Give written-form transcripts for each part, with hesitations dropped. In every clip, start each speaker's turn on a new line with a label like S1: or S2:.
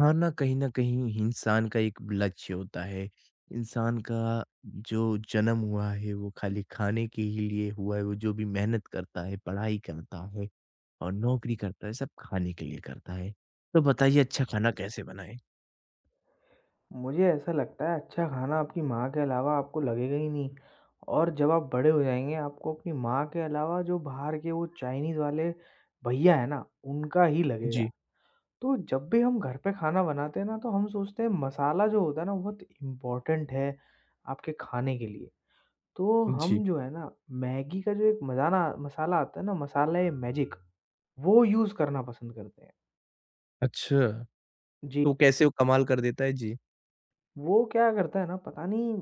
S1: हाँ ना, कहीं न कहीं इंसान का एक लक्ष्य होता है। इंसान का जो जन्म हुआ है वो खाली खाने के ही लिए हुआ है, वो जो भी मेहनत करता है, पढ़ाई करता है और नौकरी करता है, सब खाने के लिए करता है। तो बताइए अच्छा खाना कैसे बनाएँ?
S2: मुझे ऐसा लगता है अच्छा खाना आपकी माँ के अलावा आपको लगेगा ही नहीं। और जब आप बड़े हो जाएँगे आपको अपनी माँ के अलावा जो बाहर के वो चाइनीज़ वाले भैया हैं ना, उनका ही लगेगा।
S1: जी,
S2: तो जब भी हम घर पे खाना बनाते हैं ना, तो हम सोचते हैं मसाला जो होता है ना, बहुत इम्पोर्टेंट है आपके खाने के लिए। तो
S1: जी।
S2: हम जो है ना, मैगी का जो एक मज़ाना मसाला आता है ना, मसाला-ए-मैजिक, वो यूज़ करना पसंद करते हैं।
S1: अच्छा,
S2: जी।
S1: तो कैसे वो कमाल कर देता है? जी।
S2: वो क्या करता है ना, पता नहीं,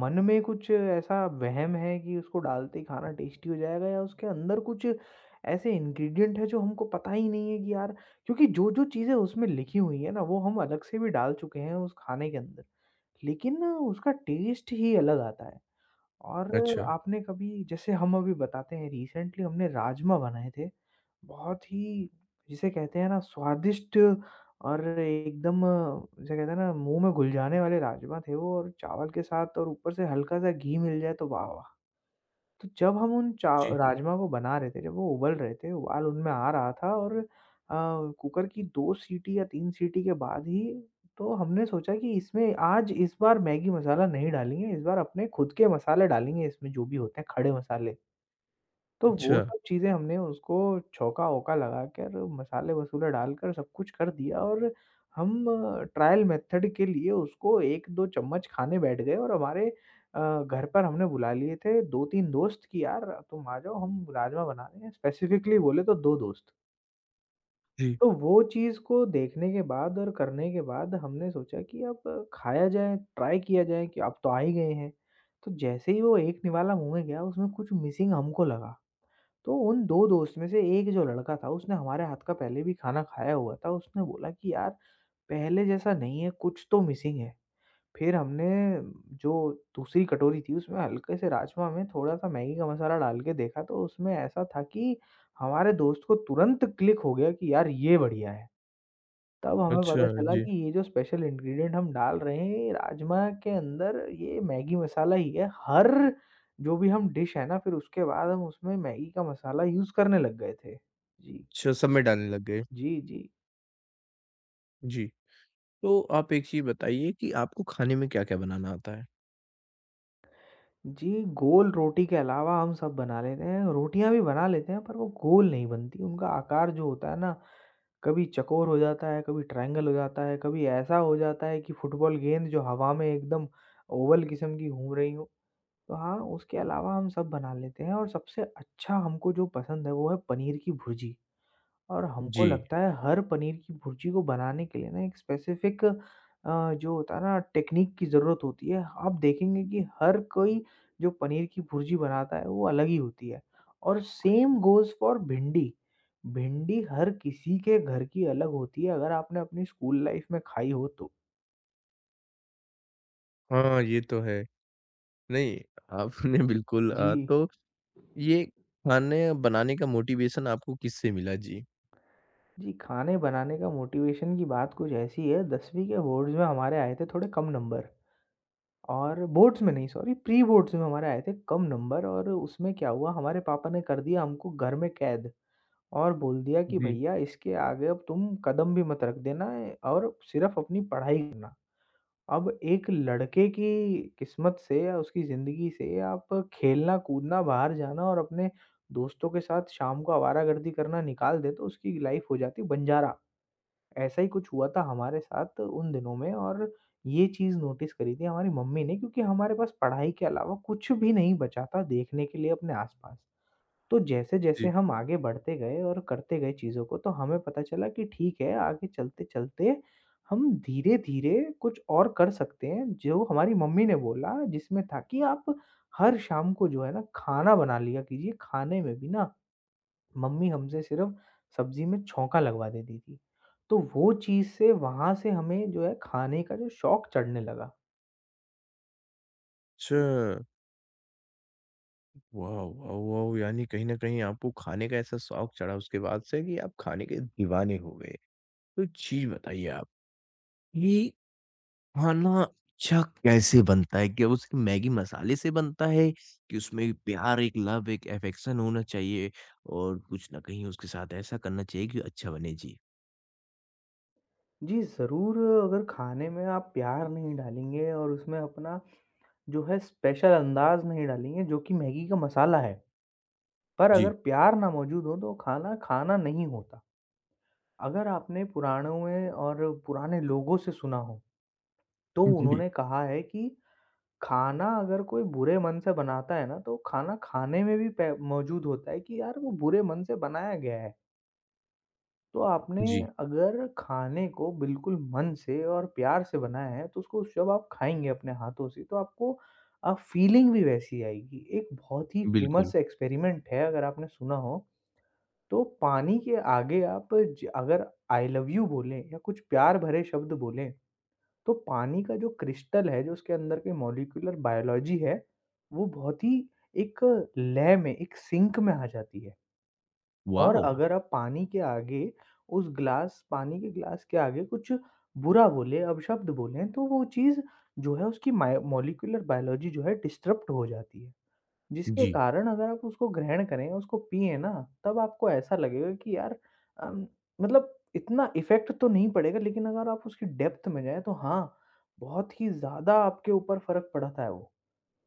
S2: मन में कुछ ऐसा वहम है कि उसको डालते ही खाना टेस्टी हो जाएगा, या उसके अंदर कुछ ऐसे इंग्रेडिएंट है जो हमको पता ही नहीं है कि यार, क्योंकि जो जो चीज़ें उसमें लिखी हुई है ना, वो हम अलग से भी डाल चुके हैं उस खाने के अंदर, लेकिन उसका टेस्ट ही अलग आता है। और
S1: अच्छा,
S2: आपने कभी, जैसे हम अभी बताते हैं, रिसेंटली हमने राजमा बनाए थे। बहुत ही जिसे कहते हैं ना, स्वादिष्ट और एकदम जिसे कहते हैं ना, मुँह में घुल जाने वाले राजमा थे वो, और चावल के साथ और ऊपर से हल्का-सा घी मिल जाए तो वाह वाह! तो जब हम उन चा
S1: जी,
S2: राजमा को बना रहे थे, जब वो उबल रहे थे, उबाल उनमें आ रहा था और अ, कुकर की 2 सीटी या 3 सीटी के बाद ही, तो हमने सोचा कि इसमें आज इस बार मैगी मसाला नहीं डालेंगे, इस बार अपने खुद के मसाले डालेंगे, इसमें जो भी होते हैं खड़े मसाले। तो वो
S1: अच्छा,
S2: सब चीज़ें हमने उसको छौंका-वौंका लगाकर, मसाले-वसूले डालकर सब कुछ कर दिया, और हम ट्रायल मेथड के लिए उसको 1-2 चम्मच खाने बैठ गए, और हमारे घर पर हमने बुला लिए थे 2-3 दोस्त कि यार तुम आ जाओ, हम राजमा बना रहे हैं, स्पेसिफिकली बोले तो 2 दोस्त।
S1: जी,
S2: तो वो चीज़ को देखने के बाद और करने के बाद हमने सोचा कि अब खाया जाए, ट्राई किया जाए, कि अब तो आ ही गए हैं। तो जैसे ही वो एक निवाला मुँह में गया, उसमें कुछ मिसिंग हमको लगा। तो उन 2 दोस्त में से एक जो लड़का था, उसने हमारे हाथ का पहले भी खाना खाया हुआ था। उसने बोला कि यार, पहले जैसा नहीं है, कुछ तो मिसिंग है। फिर हमने जो दूसरी कटोरी थी, उसमें हल्के से राजमा में थोड़ा-सा मैगी का मसाला डाल के देखा, तो उसमें ऐसा था कि हमारे दोस्त को तुरंत क्लिक हो गया कि यार, ये बढ़िया है। तब हमें
S1: अच्छा,
S2: पता चला
S1: जी।
S2: कि ये जो स्पेशल इंग्रीडिएंट हम डाल रहे हैं, ये राजमा के अंदर, ये मैगी मसाला ही है। हर जो भी हम डिश है ना, फिर उसके बाद हम उसमें मैगी का मसाला यूज़ करने लग गए थे। जी।
S1: अच्छा, सब में डालने लग गए।
S2: जी, जी।
S1: जी, तो आप एक चीज़ बताइए कि आपको खाने में क्या-क्या बनाना आता है?
S2: जी, गोल रोटी के अलावा हम सब बना लेते हैं, रोटियाँ भी बना लेते हैं पर वो गोल नहीं बनती, उनका आकार जो होता है ना, कभी चकोर हो जाता है, कभी ट्रायंगल हो जाता है, कभी ऐसा हो जाता है कि फुटबॉल गेंद जो हवा में एकदम ओवल किस्म की घूम रही हो। तो हाँ, उसके अलावा हम सब बना लेते हैं, और सबसे अच्छा हमको जो पसंद है, वो है पनीर की भुर्जी। और हमको
S1: जी,
S2: लगता है हर पनीर की भुर्जी को बनाने के लिए ना एक स्पेसिफ़िक जो होता है ना, टेक्नीक की ज़रूरत होती है। आप देखेंगे कि हर कोई जो पनीर की भुर्जी बनाता है, वो अलग ही होती है। और सेम गोज़ फ़ॉर भिंडी। भिंडी हर किसी के घर की अलग होती है, अगर आपने अपनी स्कूल लाइफ़ में खाई हो तो।
S1: हाँ, ये तो है। नहीं, आपने बिल्कुल
S2: जी।
S1: तो ये खाने बनाने का मोटिवेशन आपको किससे मिला? जी।
S2: जी, खाने बनाने का मोटिवेशन की बात कुछ ऐसी है, 10वीं के बोर्ड्स में हमारे आए थे थोड़े कम नंबर, और बोर्ड्स में नहीं, सॉरी, प्री-बोर्ड्स में हमारे आए थे कम नंबर, और उसमें क्या हुआ, हमारे पापा ने कर दिया हमको घर में कैद और बोल दिया कि
S1: जी,
S2: भैया इसके आगे अब तुम कदम भी मत रख देना, और सिर्फ़ अपनी पढ़ाई करना। अब एक लड़के की किस्मत से या उसकी ज़िंदगी से आप खेलना-कूदना, बाहर जाना और अपने दोस्तों के साथ शाम को आवारागर्दी करना निकाल दें, तो उसकी लाइफ़ हो जाती है बंजारा। ऐसा ही कुछ हुआ था हमारे साथ उन दिनों में, और ये चीज़ नोटिस करी थी हमारी मम्मी ने, क्योंकि हमारे पास पढ़ाई के अलावा कुछ भी नहीं बचा था देखने के लिए अपने आसपास। तो
S1: जी।
S2: जैसे-जैसे हम आगे बढ़ते गए और करते गए चीज़ों को, तो हमें पता चला कि ठीक है, आगे चलते-चलते हम धीरे-धीरे कुछ और कर सकते हैं, जो हमारी मम्मी ने बोला, जिसमें था कि आप हर शाम को जो है ना, खाना बना लिया कीजिए, खाने में भी ना, मम्मी हमसे सिर्फ़ सब्ज़ी में छौंका लगवा देती थी। तो वो चीज़ से, वहाँ से हमें जो है खाने का जो शौक चढ़ने लगा।
S1: अच्छा, वाओ, वाओ, वाओ! यानी कहीं न कहीं आपको खाने का ऐसा शौक चढ़ा उसके बाद से कि आप खाने के दीवाने हो गए। तो एक चीज़ बताइए आप कि खाना अच्छा कैसे बनता है? क्या उसके मैगी मसाले से बनता है कि उसमें प्यार, एक लव, एक अफेक्शन होना चाहिए और कुछ न कहीं उसके साथ ऐसा करना चाहिए कि अच्छा बने? जी।
S2: जी, ज़रूर, अगर खाने में आप प्यार नहीं डालेंगे और उसमें अपना जो है स्पेशल अंदाज़ नहीं डालेंगे जो कि मैगी का मसाला है, पर
S1: जी।
S2: अगर प्यार ना मौजूद हो तो खाना, खाना नहीं होता। अगर आपने पुराणों में और पुराने लोगों से सुना हो, तो
S1: जी,
S2: उन्होंने कहा है कि खाना अगर कोई बुरे मन से बनाता है ना, तो खाना खाने में भी पै मौजूद होता है कि यार वो बुरे मन से बनाया गया है। तो आपने,
S1: जी,
S2: अगर खाने को बिल्कुल मन से और प्यार से बनाया है, तो उसको जब आप खाएँगे अपने हाथों से, तो आपको फ़ीलिंग भी वैसी आएगी। एक बहुत ही
S1: बिल्कुल।
S2: फ़ेमस एक्सपेरिमेंट है, अगर आपने सुना हो, तो पानी के आगे आप ज अगर आई लव यू बोलें या कुछ प्यार भरे शब्द बोलें, तो पानी का जो क्रिस्टल है, जो उसके अंदर के मॉलिक्यूलर बायोलॉजी है, वो बहुत ही एक लय में, एक सिंक में आ जाती है। और
S1: वॉव!
S2: अगर आप पानी के आगे, उस ग्लास पानी के ग्लास के आगे कुछ बुरा बोले, अपशब्द बोले, तो वो चीज़ जो है, उसकी माय मॉलिक्यूलर बायोलॉजी जो है, डिस्टर्ब्ड हो जाती है। जिसके
S1: जी,
S2: कारण अगर आप उसको ग्रहण करें, उसको पिएँ ना, तब आपको ऐसा लगेगा कि यार अम, मतलब इतना इफ़ेक्ट तो नहीं पड़ेगा, लेकिन अगर आप उसकी डेप्थ में जाएँ तो हाँ, बहुत ही ज़्यादा आपके ऊपर फ़र्क पड़ता है वो।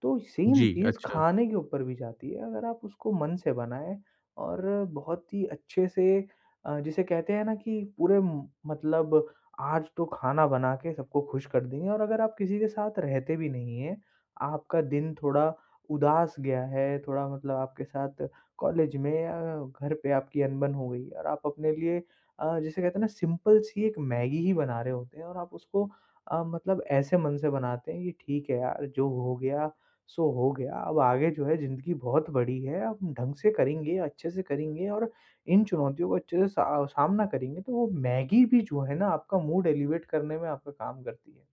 S2: तो सेम
S1: जी,
S2: चीज़
S1: अच्छा।
S2: खाने के ऊपर भी जाती है, अगर आप उसको मन से बनाएँ और बहुत ही अच्छे से जिसे कहते हैं ना, कि पूरे मतलब आज तो खाना बना के सबको खुश कर देंगे, और अगर आप किसी के साथ रहते भी नहीं हैं, आपका दिन थोड़ा उदास गया है, थोड़ा मतलब आपके साथ कॉलेज में या घर पे आपकी अनबन हो गई है, और आप अपने लिए जिसे कहते हैं ना, सिंपल सी एक मैगी ही बना रहे होते हैं, और आप उसको मतलब ऐसे मन से बनाते हैं कि ठीक है यार, जो हो गया सो हो गया, अब आगे जो है ज़िंदगी बहुत बड़ी है, अब ढंग से करेंगे, अच्छे से करेंगे, और इन चुनौतियों को अच्छे से सा सामना करेंगे, तो वो मैगी भी जो है ना, आपका मूड एलिवेट करने में आपका काम करती है।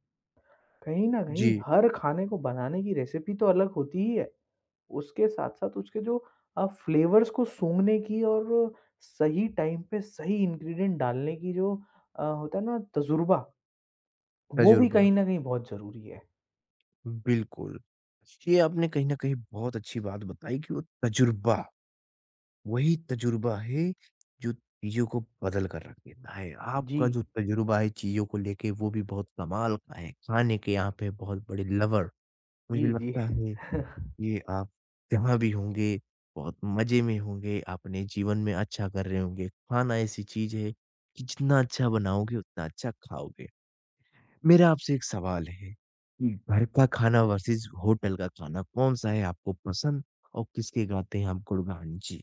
S2: कहीं न कहीं
S1: जी,
S2: हर खाने को बनाने की रेसिपी तो अलग होती ही है, उसके साथ-साथ उसके जो फ्लेवर्स को सूँघने की, और सही टाइम पे सही इंग्रीडिएंट डालने की जो होता है ना तजुर्बा, वो भी
S1: तजुर्बा,
S2: कहीं न कहीं बहुत ज़रूरी है।
S1: बिल्कुल। ये आपने कहीं न कहीं बहुत अच्छी बात बताई कि वो तजुर्बा, वही तजुर्बा है जो चीज़ों को बदल कर रख देता है।
S2: जी।
S1: आपका जो तजुर्बा है चीज़ों को लेके वो भी बहुत कमाल का है। खाने के यहाँ पे बहुत बड़े लवर,
S2: जी,
S1: मुझे
S2: जी।
S1: लगता है ये आप जहाँ भी होंगे बहुत मज़े में होंगे, अपने जीवन में अच्छा कर रहे होंगे। खाना ऐसी चीज़ है कि जितना अच्छा बनाओगे उतना अच्छा खाओगे। मेरा आपसे एक सवाल है कि घर का खाना वर्सेस होटल का खाना कौन-सा है आपको पसंद और किसके गाते हैं आप गुणगान? जी।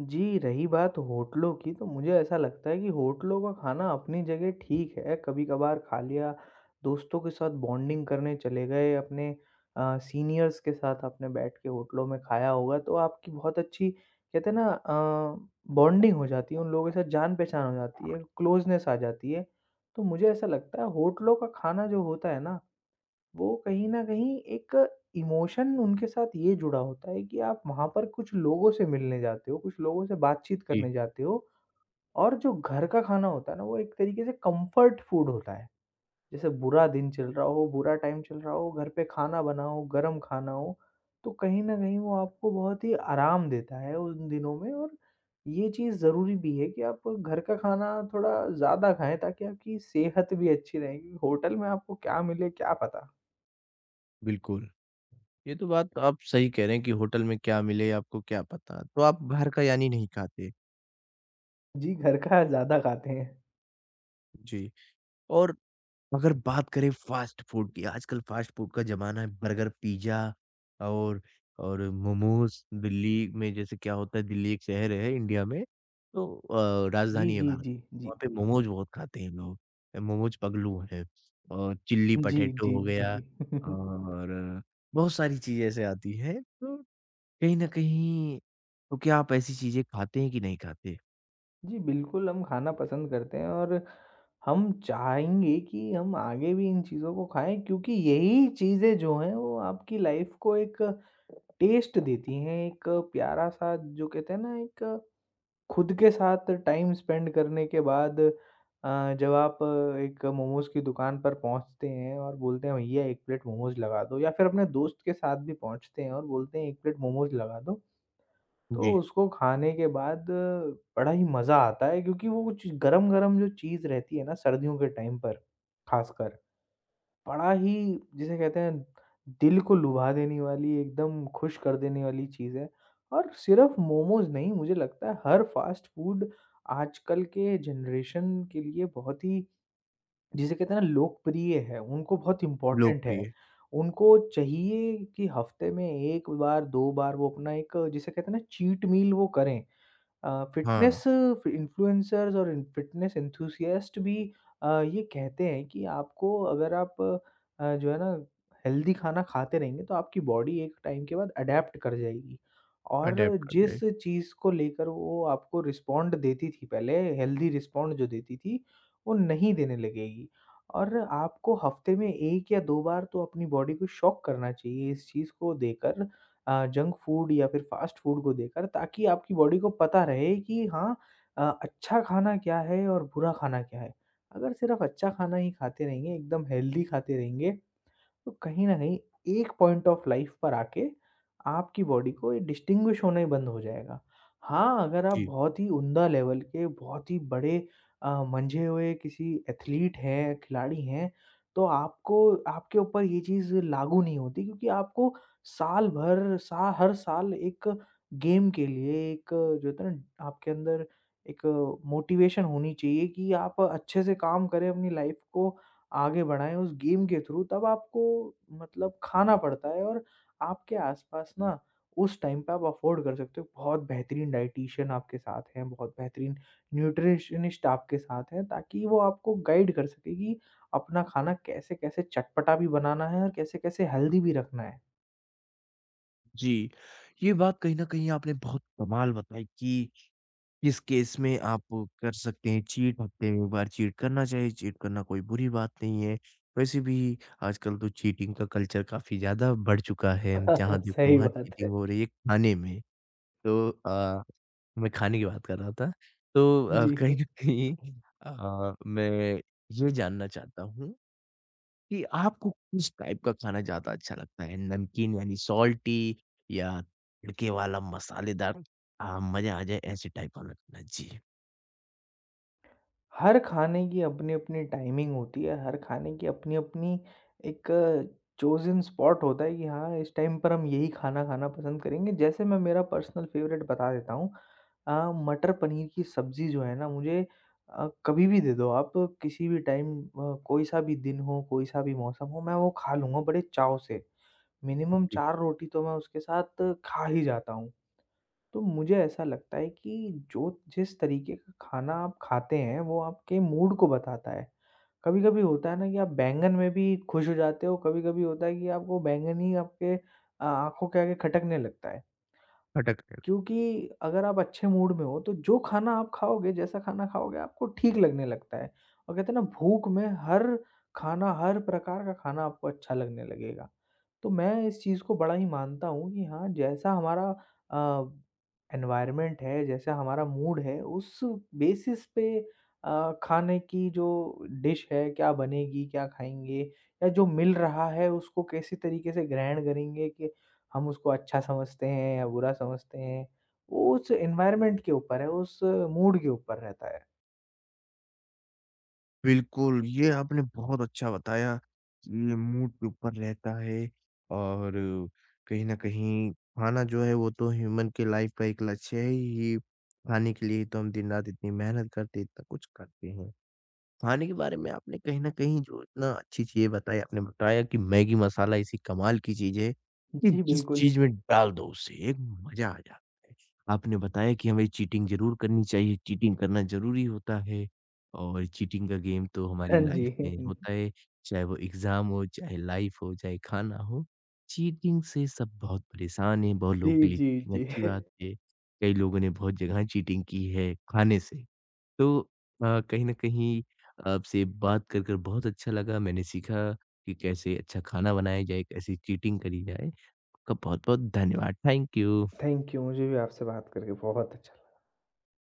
S2: जी, रही बात होटलों की तो मुझे ऐसा लगता है कि होटलों का खाना अपनी जगह ठीक है, कभी-कभार खा लिया, दोस्तों के साथ बॉन्डिंग करने चले गए, अपने सीनियर्स के साथ आपने बैठ के होटलों में खाया होगा, तो आपकी बहुत अच्छी कहते हैं ना बॉन्डिंग हो जाती है, उन लोगों के साथ जान-पहचान हो जाती है, क्लोज़नेस आ जाती है। तो मुझे ऐसा लगता है होटलों का खाना जो होता है ना, वो कहीं न कहीं एक इमोशन उनके साथ ये जुड़ा होता है कि आप वहाँ पर कुछ लोगों से मिलने जाते हो, कुछ लोगों से बातचीत
S1: जी,
S2: करने जाते हो। और जो घर का खाना होता है ना, वो एक तरीके से कम्फर्ट फूड होता है। जैसे बुरा दिन चल रहा हो, बुरा टाइम चल रहा हो, घर पे खाना बना हो, गरम खाना हो, तो कहीं न कहीं वो आपको बहुत ही आराम देता है उन दिनों में, और ये चीज़ ज़रूरी भी है कि आप घर का खाना थोड़ा ज़्यादा खाएँ, ताकि आपकी सेहत भी अच्छी रहेगी। होटल में आपको क्या मिले, क्या पता?
S1: बिल्कुल। ये तो बात आप सही कह रहे हैं कि होटल में क्या मिले आपको क्या पता। तो आप बाहर का यानी नहीं खाते।
S2: जी, घर का ज़्यादा खाते हैं।
S1: जी, और अगर बात करें फ़ास्ट फ़ूड की, आजकल फ़ास्ट फ़ूड का ज़माना है, बर्गर, पिज़्ज़ा और और मोमोज़। दिल्ली में जैसे क्या होता है, दिल्ली एक शहर है इंडिया में, तो
S2: जी,
S1: राजधानी है
S2: जी,
S1: भारत
S2: जी,
S1: की।
S2: जी।
S1: वहाँ पे मोमोज़ बहुत खाते हैं लोग, मोमोज़ पगलू हैं और चिल्ली
S2: जी,
S1: पटेटो
S2: जी,
S1: हो
S2: जी।
S1: गया और बहुत सारी चीज़ें ऐसे आती हैं। तो कहीं न कहीं तो क्या आप ऐसी चीज़ें खाते हैं कि नहीं खाते?
S2: जी, बिल्कुल हम खाना पसंद करते हैं और हम चाहेंगे कि हम आगे भी इन चीज़ों को खाएँ क्योंकि यही चीज़ें जो हैं वो आपकी लाइफ़ को एक टेस्ट देती हैं, एक प्यारा-सा जो कहते हैं ना एक खुद के साथ टाइम स्पेंड करने के बाद जब आप एक मोमोज़ की दुकान पर पहुँचते हैं और बोलते हैं भैया 1 प्लेट मोमोज़ लगा दो या फिर अपने दोस्त के साथ भी पहुँचते हैं और बोलते हैं 1 प्लेट मोमोज़ लगा दो, तो
S1: जी,
S2: उसको खाने के बाद बड़ा ही मज़ा आता है क्योंकि वो कुछ गरम-गरम जो चीज़ रहती है ना सर्दियों के टाइम पर, ख़ासकर बड़ा ही जिसे कहते हैं दिल को लुभा देने वाली एकदम खुश कर देने वाली चीज़ है। और सिर्फ़ मोमोज़ नहीं मुझे लगता है हर फ़ास्ट फ़ूड आजकल के जनरेशन के लिए बहुत ही जिसे कहते हैं ना लोकप्रिय है, उनको बहुत इम्पोर्टेंट है।
S1: लोकप्रिय।
S2: उनको चाहिए कि हफ़्ते में 1 बार, 2 बार वो अपना एक जिसे कहते हैं ना चीट मील वो करें।
S1: हाँ,
S2: फ़िटनेस इन्फ्लुएंसर्स और फ़िटनेस एंथुसियास्ट भी ये कहते हैं कि आपको अगर आप जो है ना हेल्दी खाना खाते रहेंगे तो आपकी बॉडी एक टाइम के बाद अडैप्ट कर जाएगी। और
S1: अडैप्ट कर लें।
S2: जिस चीज़ को लेकर वो आपको रिस्पॉन्ड देती थी पहले हेल्दी रिस्पॉन्ड जो देती थी, वो नहीं देने लगेगी। और आपको हफ़्ते में 1 या 2 बार तो अपनी बॉडी को शॉक करना चाहिए इस चीज़ को देकर जंक फूड या फिर फ़ास्ट फूड को देकर ताकि आपकी बॉडी को पता रहे कि हाँ अच्छा खाना क्या है और बुरा खाना क्या है। अगर सिर्फ़ अच्छा खाना ही खाते रहेंगे, एकदम हेल्दी खाते रहेंगे, तो कहीं न कहीं एक पॉइंट ऑफ लाइफ़ पर आके आपकी बॉडी को ये डिस्टिंग्विश होना ही बंद हो जाएगा। हाँ, अगर आप
S1: जी।
S2: बहुत ही उम्दा लेवल के, बहुत ही बड़े मंझे हुए किसी एथलीट हैं, खिलाड़ी हैं, तो आपको आपके ऊपर ये चीज़ लागू नहीं होती क्योंकि आपको साल भर सा हर साल एक गेम के लिए एक जो होता है ना आपके अंदर एक मोटिवेशन होनी चाहिए कि आप अच्छे से काम करें, अपनी लाइफ़ को आगे बढ़ाएँ उस गेम के थ्रू तब आपको मतलब खाना पड़ता है और आपके आस-पास ना उस टाइम पे आप अफ़ोर्ड कर सकते हो। बहुत बेहतरीन डायटीशियन आपके साथ हैं, बहुत बेहतरीन न्यूट्रिशनिस्ट आपके साथ हैं ताकि वो आपको गाइड कर सके कि अपना खाना कैसे-कैसे चटपटा भी बनाना है और कैसे-कैसे हेल्दी भी रखना है।
S1: जी, ये बात कहीं न कहीं आपने बहुत कमाल बताई कि किस केस में आप कर सकते हैं चीट, हफ़्ते में 1 बार चीट करना चाहिए, चीट करना कोई बुरी बात नहीं है। वैसे भी आजकल तो चीटिंग का कल्चर काफ़ी ज़्यादा बढ़ चुका है, जहाँ देखो
S2: सही
S1: वहाँ
S2: बात है।
S1: चीटिंग हो रही है खाने में। तो मैं खाने की बात कर रहा था। तो
S2: जी।
S1: कहीं न कहीं मैं ये जानना चाहता हूँ कि आपको किस टाइप का खाना ज़्यादा अच्छा लगता है? नमकीन यानी सॉल्टी या तड़के वाला मसालेदार हाँ, मज़ा आ जाए ऐसे टाइप वाला खाना? जी।
S2: हर खाने की अपनी-अपनी टाइमिंग होती है, हर खाने की अपनी-अपनी एक चोज़न स्पॉट होता है कि हाँ, इस टाइम पर हम यही खाना खाना पसंद करेंगे। जैसे मैं मेरा पर्सनल फ़ेवरेट बता देता हूँ मटर पनीर की सब्ज़ी जो है ना मुझे कभी भी दे दो आप किसी भी टाइम कोई-सा भी दिन हो, कोई-सा भी मौसम हो, मैं वो खा लूँगा बड़े चाव से। मिनिमम
S1: जी,
S2: 4 रोटी तो मैं उसके साथ खा ही जाता हूँ। तो मुझे ऐसा लगता है कि जो जिस तरीके का खाना आप खाते हैं, वो आपके मूड को बताता है। कभी-कभी होता है ना कि आप बैंगन में भी खुश हो जाते हो, कभी-कभी होता है कि आपको बैंगन ही आपके आँखों के आगे खटकने लगता है।
S1: खटकते हुए।
S2: क्योंकि अगर आप अच्छे मूड में हो, तो जो खाना आप खाओगे, जैसा खाना खाओगे, आपको ठीक लगने लगता है और कहते हैं ना भूख में हर खाना, हर प्रकार का खाना आपको अच्छा लगने लगेगा। तो मैं इस चीज़ को बड़ा ही मानता हूँ कि हाँ, जैसा हमारा अ, एनवायरनमेंट है, जैसा हमारा मूड है, उस बेसिस पे खाने की जो डिश है, क्या बनेगी, क्या खाएँगे या जो मिल रहा है, उसको कैसे तरीके से ग्रहण करेंगे कि हम उसको अच्छा समझते हैं या बुरा समझते हैं, वो उस एनवायरनमेंट के ऊपर है, उस मूड के ऊपर रहता है।
S1: बिल्कुल, ये आपने बहुत अच्छा बताया कि ये मूड के ऊपर रहता है और कहीं न कहीं खाना जो है वो तो ह्यूमन की लाइफ़ का एक लक्ष्य है ही, खाने के लिए ही तो हम दिन-रात इतनी मेहनत करते हैं, इतना कुछ करते हैं। खाने के बारे में आपने कहीं न कहीं जो इतना अच्छी चीज़ें बताई, आपने बताया कि मैगी मसाला ऐसी कमाल की चीज़ है, कि
S2: जी,
S1: जिस
S2: बिल्कुल।
S1: चीज़ में डाल दो उसे एक मज़ा आ जाता है। आपने बताया कि हमें चीटिंग ज़रूर करनी चाहिए, चीटिंग करना ज़रूरी होता है और चीटिंग का गेम तो हमारी
S2: हाँ जी।
S1: लाइफ़ में होता है, चाहे वो एग्ज़ाम हो, चाहे लाइफ़ हो, चाहे खाना हो। चीटिंग से सब बहुत परेशान हैं, बहुत लोगों के
S2: जी,
S1: लिए
S2: जी,
S1: चीटिंग
S2: जी।
S1: अच्छी बात है। कई लोगों ने बहुत जगह चीटिंग की है खाने से। तो कहीं न कहीं आपसे बात कर कर बहुत अच्छा लगा। मैंने सीखा कि कैसे अच्छा खाना बनाया जाए, कैसे चीटिंग करी जाए। आपका बहुत-बहुत धन्यवाद। Thank you.
S2: थैंक यू, मुझे भी आपसे बात करके बहुत अच्छा